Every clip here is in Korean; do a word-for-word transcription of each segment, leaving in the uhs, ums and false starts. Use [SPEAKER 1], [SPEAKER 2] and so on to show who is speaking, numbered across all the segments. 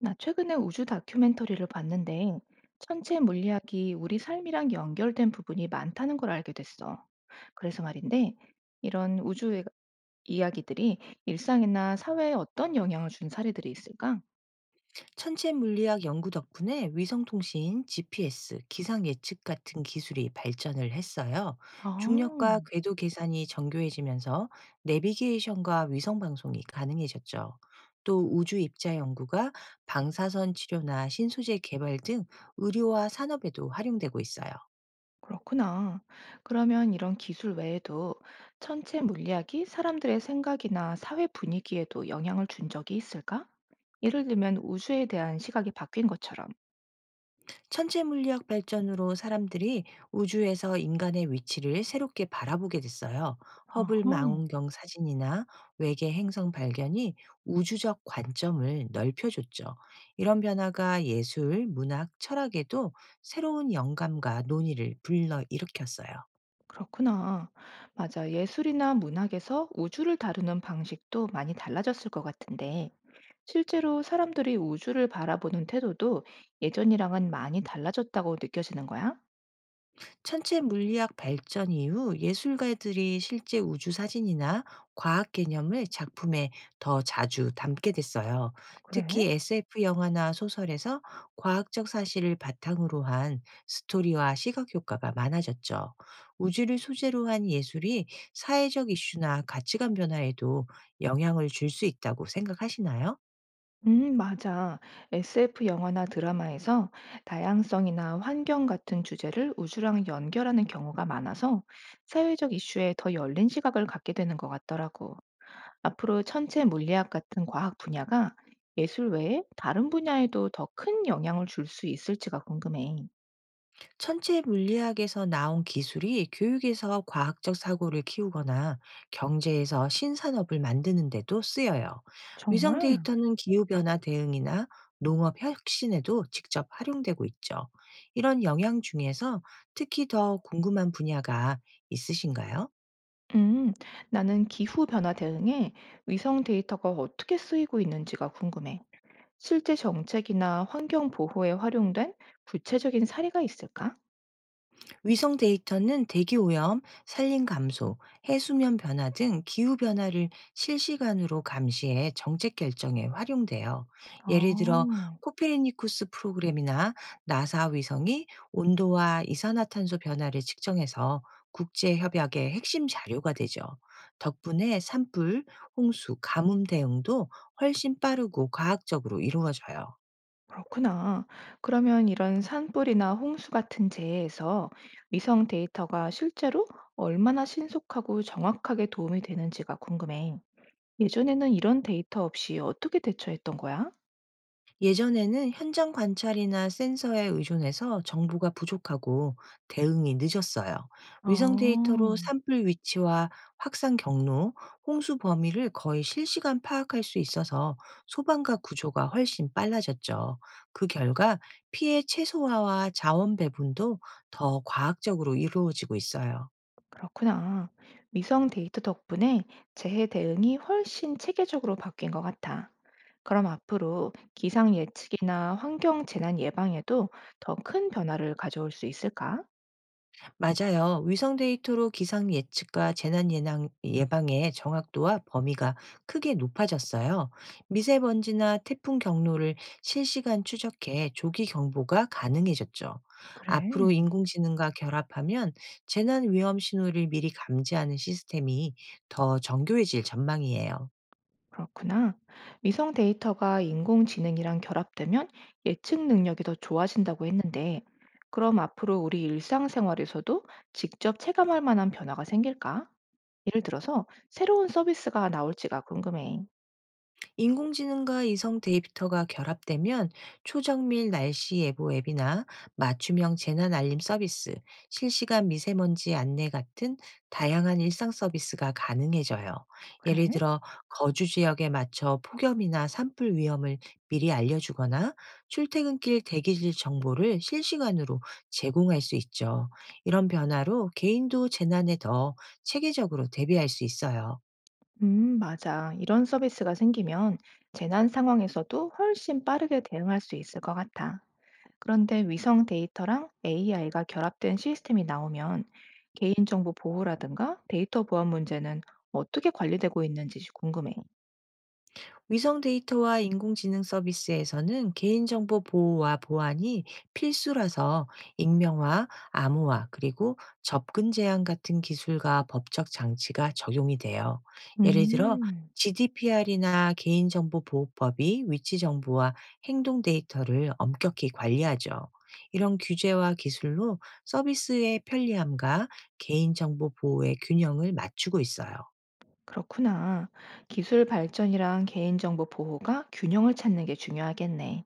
[SPEAKER 1] 나 최근에 우주 다큐멘터리를 봤는데 천체 물리학이 우리 삶이랑 연결된 부분이 많다는 걸 알게 됐어. 그래서 말인데 이런 우주 의 이야기들이 일상이나 사회에 어떤 영향을 준 사례들이 있을까?
[SPEAKER 2] 천체 물리학 연구 덕분에 위성통신, 지피에스, 기상 예측 같은 기술이 발전을 했어요.
[SPEAKER 1] 아,
[SPEAKER 2] 중력과 궤도 계산이 정교해지면서 내비게이션과 위성방송이 가능해졌죠. 또 우주 입자 연구가 방사선 치료나 신소재 개발 등 의료와 산업에도 활용되고 있어요.
[SPEAKER 1] 그렇구나. 그러면 이런 기술 외에도 천체 물리학이 사람들의 생각이나 사회 분위기에도 영향을 준 적이 있을까? 예를 들면 우주에 대한 시각이 바뀐 것처럼.
[SPEAKER 2] 천체 물리학 발전으로 사람들이 우주에서 인간의 위치를 새롭게 바라보게 됐어요.
[SPEAKER 1] 아하.
[SPEAKER 2] 허블 망원경 사진이나 외계 행성 발견이 우주적 관점을 넓혀줬죠. 이런 변화가 예술, 문학, 철학에도 새로운 영감과 논의를 불러일으켰어요.
[SPEAKER 1] 그렇구나. 맞아. 예술이나 문학에서 우주를 다루는 방식도 많이 달라졌을 것 같은데, 실제로 사람들이 우주를 바라보는 태도도 예전이랑은 많이 달라졌다고 느껴지는 거야?
[SPEAKER 2] 천체 물리학 발전 이후 예술가들이 실제 우주 사진이나 과학 개념을 작품에 더 자주 담게 됐어요. 특히
[SPEAKER 1] 그래?
[SPEAKER 2] 에스에프 영화나 소설에서 과학적 사실을 바탕으로 한 스토리와 시각 효과가 많아졌죠. 우주를 소재로 한 예술이 사회적 이슈나 가치관 변화에도 영향을 줄 수 있다고 생각하시나요?
[SPEAKER 1] 음, 맞아. 에스에프 영화나 드라마에서 다양성이나 환경 같은 주제를 우주랑 연결하는 경우가 많아서 사회적 이슈에 더 열린 시각을 갖게 되는 것 같더라고. 앞으로 천체 물리학 같은 과학 분야가 예술 외에 다른 분야에도 더 큰 영향을 줄 수 있을지가 궁금해.
[SPEAKER 2] 천체 물리학에서 나온 기술이 교육에서 과학적 사고를 키우거나 경제에서 신산업을 만드는 데도 쓰여요. 위성
[SPEAKER 1] 정말?
[SPEAKER 2] 데이터는 기후변화 대응이나 농업 혁신에도 직접 활용되고 있죠. 이런 영향 중에서 특히 더 궁금한 분야가 있으신가요?
[SPEAKER 1] 음, 나는 기후 변화 대응에 위성 데이터가 어떻게 쓰이고 있는지가 궁금해. 실제 정책이나 환경 보호에 활용된 구체적인 사례가 있을까?
[SPEAKER 2] 위성 데이터는 대기 오염, 산림 감소, 해수면 변화 등 기후 변화를 실시간으로 감시해 정책 결정에 활용돼요. 예를 들어
[SPEAKER 1] 아.
[SPEAKER 2] 코페르니쿠스 프로그램이나 나사 위성이 온도와 이산화탄소 변화를 측정해서 국제 협약의 핵심 자료가 되죠. 덕분에 산불, 홍수, 가뭄 대응도 훨씬 빠르고 과학적으로 이루어져요.
[SPEAKER 1] 그렇구나. 그러면 이런 산불이나 홍수 같은 재해에서 위성 데이터가 실제로 얼마나 신속하고 정확하게 도움이 되는지가 궁금해. 예전에는 이런 데이터 없이 어떻게 대처했던 거야?
[SPEAKER 2] 예전에는 현장 관찰이나 센서에 의존해서 정보가 부족하고 대응이 늦었어요. 위성 데이터로
[SPEAKER 1] 아,
[SPEAKER 2] 산불 위치와 확산 경로, 홍수 범위를 거의 실시간 파악할 수 있어서 소방과 구조가 훨씬 빨라졌죠. 그 결과 피해 최소화와 자원 배분도 더 과학적으로 이루어지고 있어요.
[SPEAKER 1] 그렇구나. 위성 데이터 덕분에 재해 대응이 훨씬 체계적으로 바뀐 것 같아. 그럼 앞으로 기상 예측이나 환경 재난 예방에도 더 큰 변화를 가져올 수 있을까?
[SPEAKER 2] 맞아요. 위성 데이터로 기상 예측과 재난 예방, 예방의 정확도와 범위가 크게 높아졌어요. 미세먼지나 태풍 경로를 실시간 추적해 조기 경보가 가능해졌죠. 앞으로
[SPEAKER 1] 그래.
[SPEAKER 2] 인공지능과 결합하면 재난 위험 신호를 미리 감지하는 시스템이 더 정교해질 전망이에요.
[SPEAKER 1] 그렇구나. 위성 데이터가 인공지능이랑 결합되면 예측 능력이 더 좋아진다고 했는데, 그럼 앞으로 우리 일상생활에서도 직접 체감할 만한 변화가 생길까? 예를 들어서 새로운 서비스가 나올지가 궁금해.
[SPEAKER 2] 인공지능과 이성 데이터가 결합되면 초정밀 날씨 예보 앱이나 맞춤형 재난 알림 서비스, 실시간 미세먼지 안내 같은 다양한 일상 서비스가 가능해져요. 예를
[SPEAKER 1] 그래?
[SPEAKER 2] 들어 거주 지역에 맞춰 폭염이나 산불 위험을 미리 알려주거나 출퇴근길 대기질 정보를 실시간으로 제공할 수 있죠. 이런 변화로 개인도 재난에 더 체계적으로 대비할 수 있어요.
[SPEAKER 1] 음, 맞아. 이런 서비스가 생기면 재난 상황에서도 훨씬 빠르게 대응할 수 있을 것 같아. 그런데 위성 데이터랑 에이아이가 결합된 시스템이 나오면 개인정보 보호라든가 데이터 보안 문제는 어떻게 관리되고 있는지 궁금해.
[SPEAKER 2] 위성 데이터와 인공지능 서비스에서는 개인정보 보호와 보안이 필수라서 익명화, 암호화, 그리고 접근 제한 같은 기술과 법적 장치가 적용이 돼요. 예를 들어,
[SPEAKER 1] 음,
[SPEAKER 2] 지디피아르이나 개인정보보호법이 위치정보와 행동 데이터를 엄격히 관리하죠. 이런 규제와 기술로 서비스의 편리함과 개인정보 보호의 균형을 맞추고 있어요.
[SPEAKER 1] 그렇구나. 기술 발전이랑 개인정보 보호가 균형을 찾는 게 중요하겠네.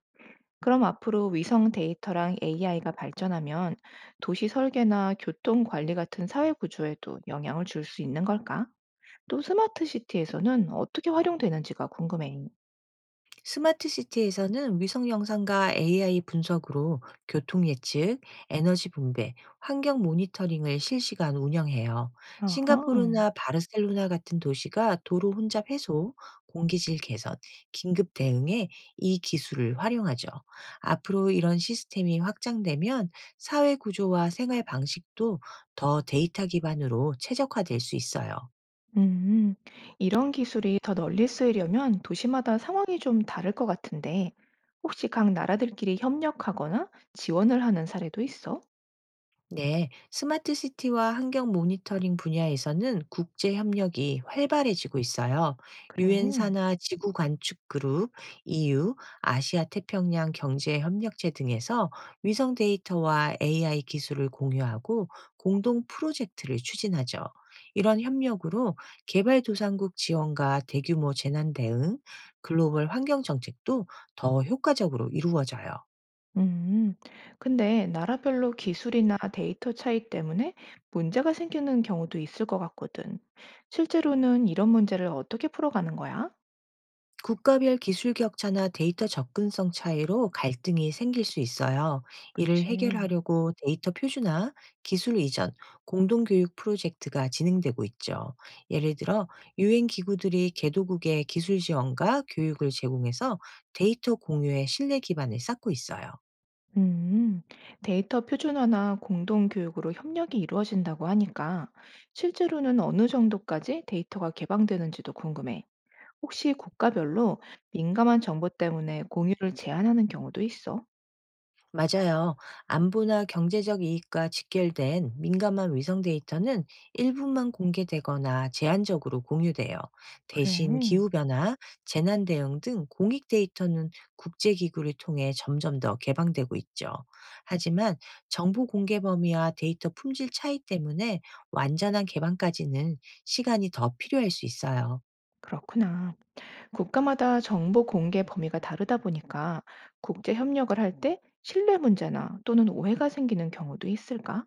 [SPEAKER 1] 그럼 앞으로 위성 데이터랑 에이아이가 발전하면 도시 설계나 교통 관리 같은 사회 구조에도 영향을 줄 수 있는 걸까? 또 스마트 시티에서는 어떻게 활용되는지가 궁금해.
[SPEAKER 2] 스마트 시티에서는 위성 영상과 에이아이 분석으로 교통 예측, 에너지 분배, 환경 모니터링을 실시간 운영해요.
[SPEAKER 1] 어허.
[SPEAKER 2] 싱가포르나 바르셀로나 같은 도시가 도로 혼잡 해소, 공기질 개선, 긴급 대응에 이 기술을 활용하죠. 앞으로 이런 시스템이 확장되면 사회 구조와 생활 방식도 더 데이터 기반으로 최적화될 수 있어요.
[SPEAKER 1] 음, 이런 기술이 더 널리 쓰이려면 도시마다 상황이 좀 다를 것 같은데, 혹시 각 나라들끼리 협력하거나 지원을 하는 사례도 있어?
[SPEAKER 2] 네, 스마트 시티와 환경 모니터링 분야에서는 국제 협력이 활발해지고 있어요.
[SPEAKER 1] 그래.
[SPEAKER 2] 유엔 산하 지구 관측 그룹, 이유, 아시아 태평양 경제 협력체 등에서 위성 데이터와 에이아이 기술을 공유하고 공동 프로젝트를 추진하죠. 이런 협력으로 개발도상국 지원과 대규모 재난 대응, 글로벌 환경 정책도 더 효과적으로 이루어져요.
[SPEAKER 1] 음, 근데 나라별로 기술이나 데이터 차이 때문에 문제가 생기는 경우도 있을 것 같거든. 실제로는 이런 문제를 어떻게 풀어가는 거야?
[SPEAKER 2] 국가별 기술 격차나 데이터 접근성 차이로 갈등이 생길 수 있어요. 이를
[SPEAKER 1] 그치.
[SPEAKER 2] 해결하려고 데이터 표준화, 기술 이전, 공동교육 프로젝트가 진행되고 있죠. 예를 들어, 유엔 기구들이 개도국의 기술 지원과 교육을 제공해서 데이터 공유의 신뢰 기반을 쌓고 있어요.
[SPEAKER 1] 음, 데이터 표준화나 공동 교육으로 협력이 이루어진다고 하니까 실제로는 어느 정도까지 데이터가 개방되는지도 궁금해. 혹시 국가별로 민감한 정보 때문에 공유를 제한하는 경우도 있어?
[SPEAKER 2] 맞아요. 안보나 경제적 이익과 직결된 민감한 위성 데이터는 일부만 공개되거나 제한적으로 공유돼요.
[SPEAKER 1] 그래,
[SPEAKER 2] 대신 기후변화, 재난 대응 등 공익 데이터는 국제기구를 통해 점점 더 개방되고 있죠. 하지만 정보 공개 범위와 데이터 품질 차이 때문에 완전한 개방까지는 시간이 더 필요할 수 있어요.
[SPEAKER 1] 그렇구나. 국가마다 정보 공개 범위가 다르다 보니까 국제 협력을 할 때 신뢰 문제나 또는 오해가 생기는 경우도 있을까?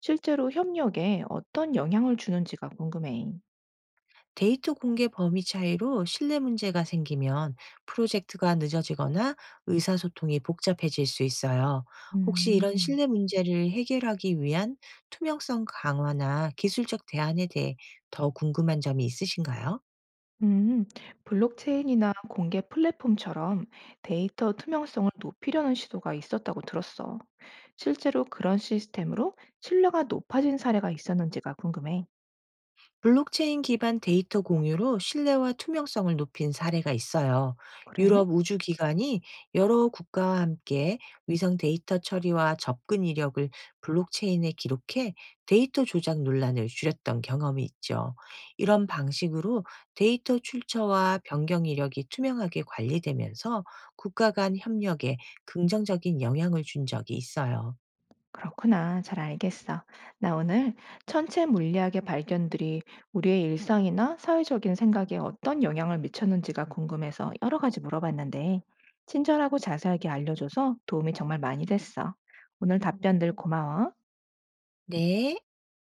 [SPEAKER 1] 실제로 협력에 어떤 영향을 주는지가 궁금해.
[SPEAKER 2] 데이터 공개 범위 차이로 신뢰 문제가 생기면 프로젝트가 늦어지거나 의사소통이 복잡해질 수 있어요. 혹시 이런
[SPEAKER 1] 음.
[SPEAKER 2] 신뢰 문제를 해결하기 위한 투명성 강화나 기술적 대안에 대해 더 궁금한 점이 있으신가요?
[SPEAKER 1] 음, 블록체인이나 공개 플랫폼처럼 데이터 투명성을 높이려는 시도가 있었다고 들었어. 실제로 그런 시스템으로 신뢰가 높아진 사례가 있었는지가 궁금해.
[SPEAKER 2] 블록체인 기반 데이터 공유로 신뢰와 투명성을 높인 사례가 있어요.
[SPEAKER 1] 그래?
[SPEAKER 2] 유럽 우주기관이 여러 국가와 함께 위성 데이터 처리와 접근 이력을 블록체인에 기록해 데이터 조작 논란을 줄였던 경험이 있죠. 이런 방식으로 데이터 출처와 변경 이력이 투명하게 관리되면서 국가 간 협력에 긍정적인 영향을 준 적이 있어요.
[SPEAKER 1] 그렇구나. 잘 알겠어. 나 오늘 천체 물리학의 발견들이 우리의 일상이나 사회적인 생각에 어떤 영향을 미쳤는지가 궁금해서 여러 가지 물어봤는데, 친절하고 자세하게 알려줘서 도움이 정말 많이 됐어. 오늘 답변들 고마워.
[SPEAKER 2] 네.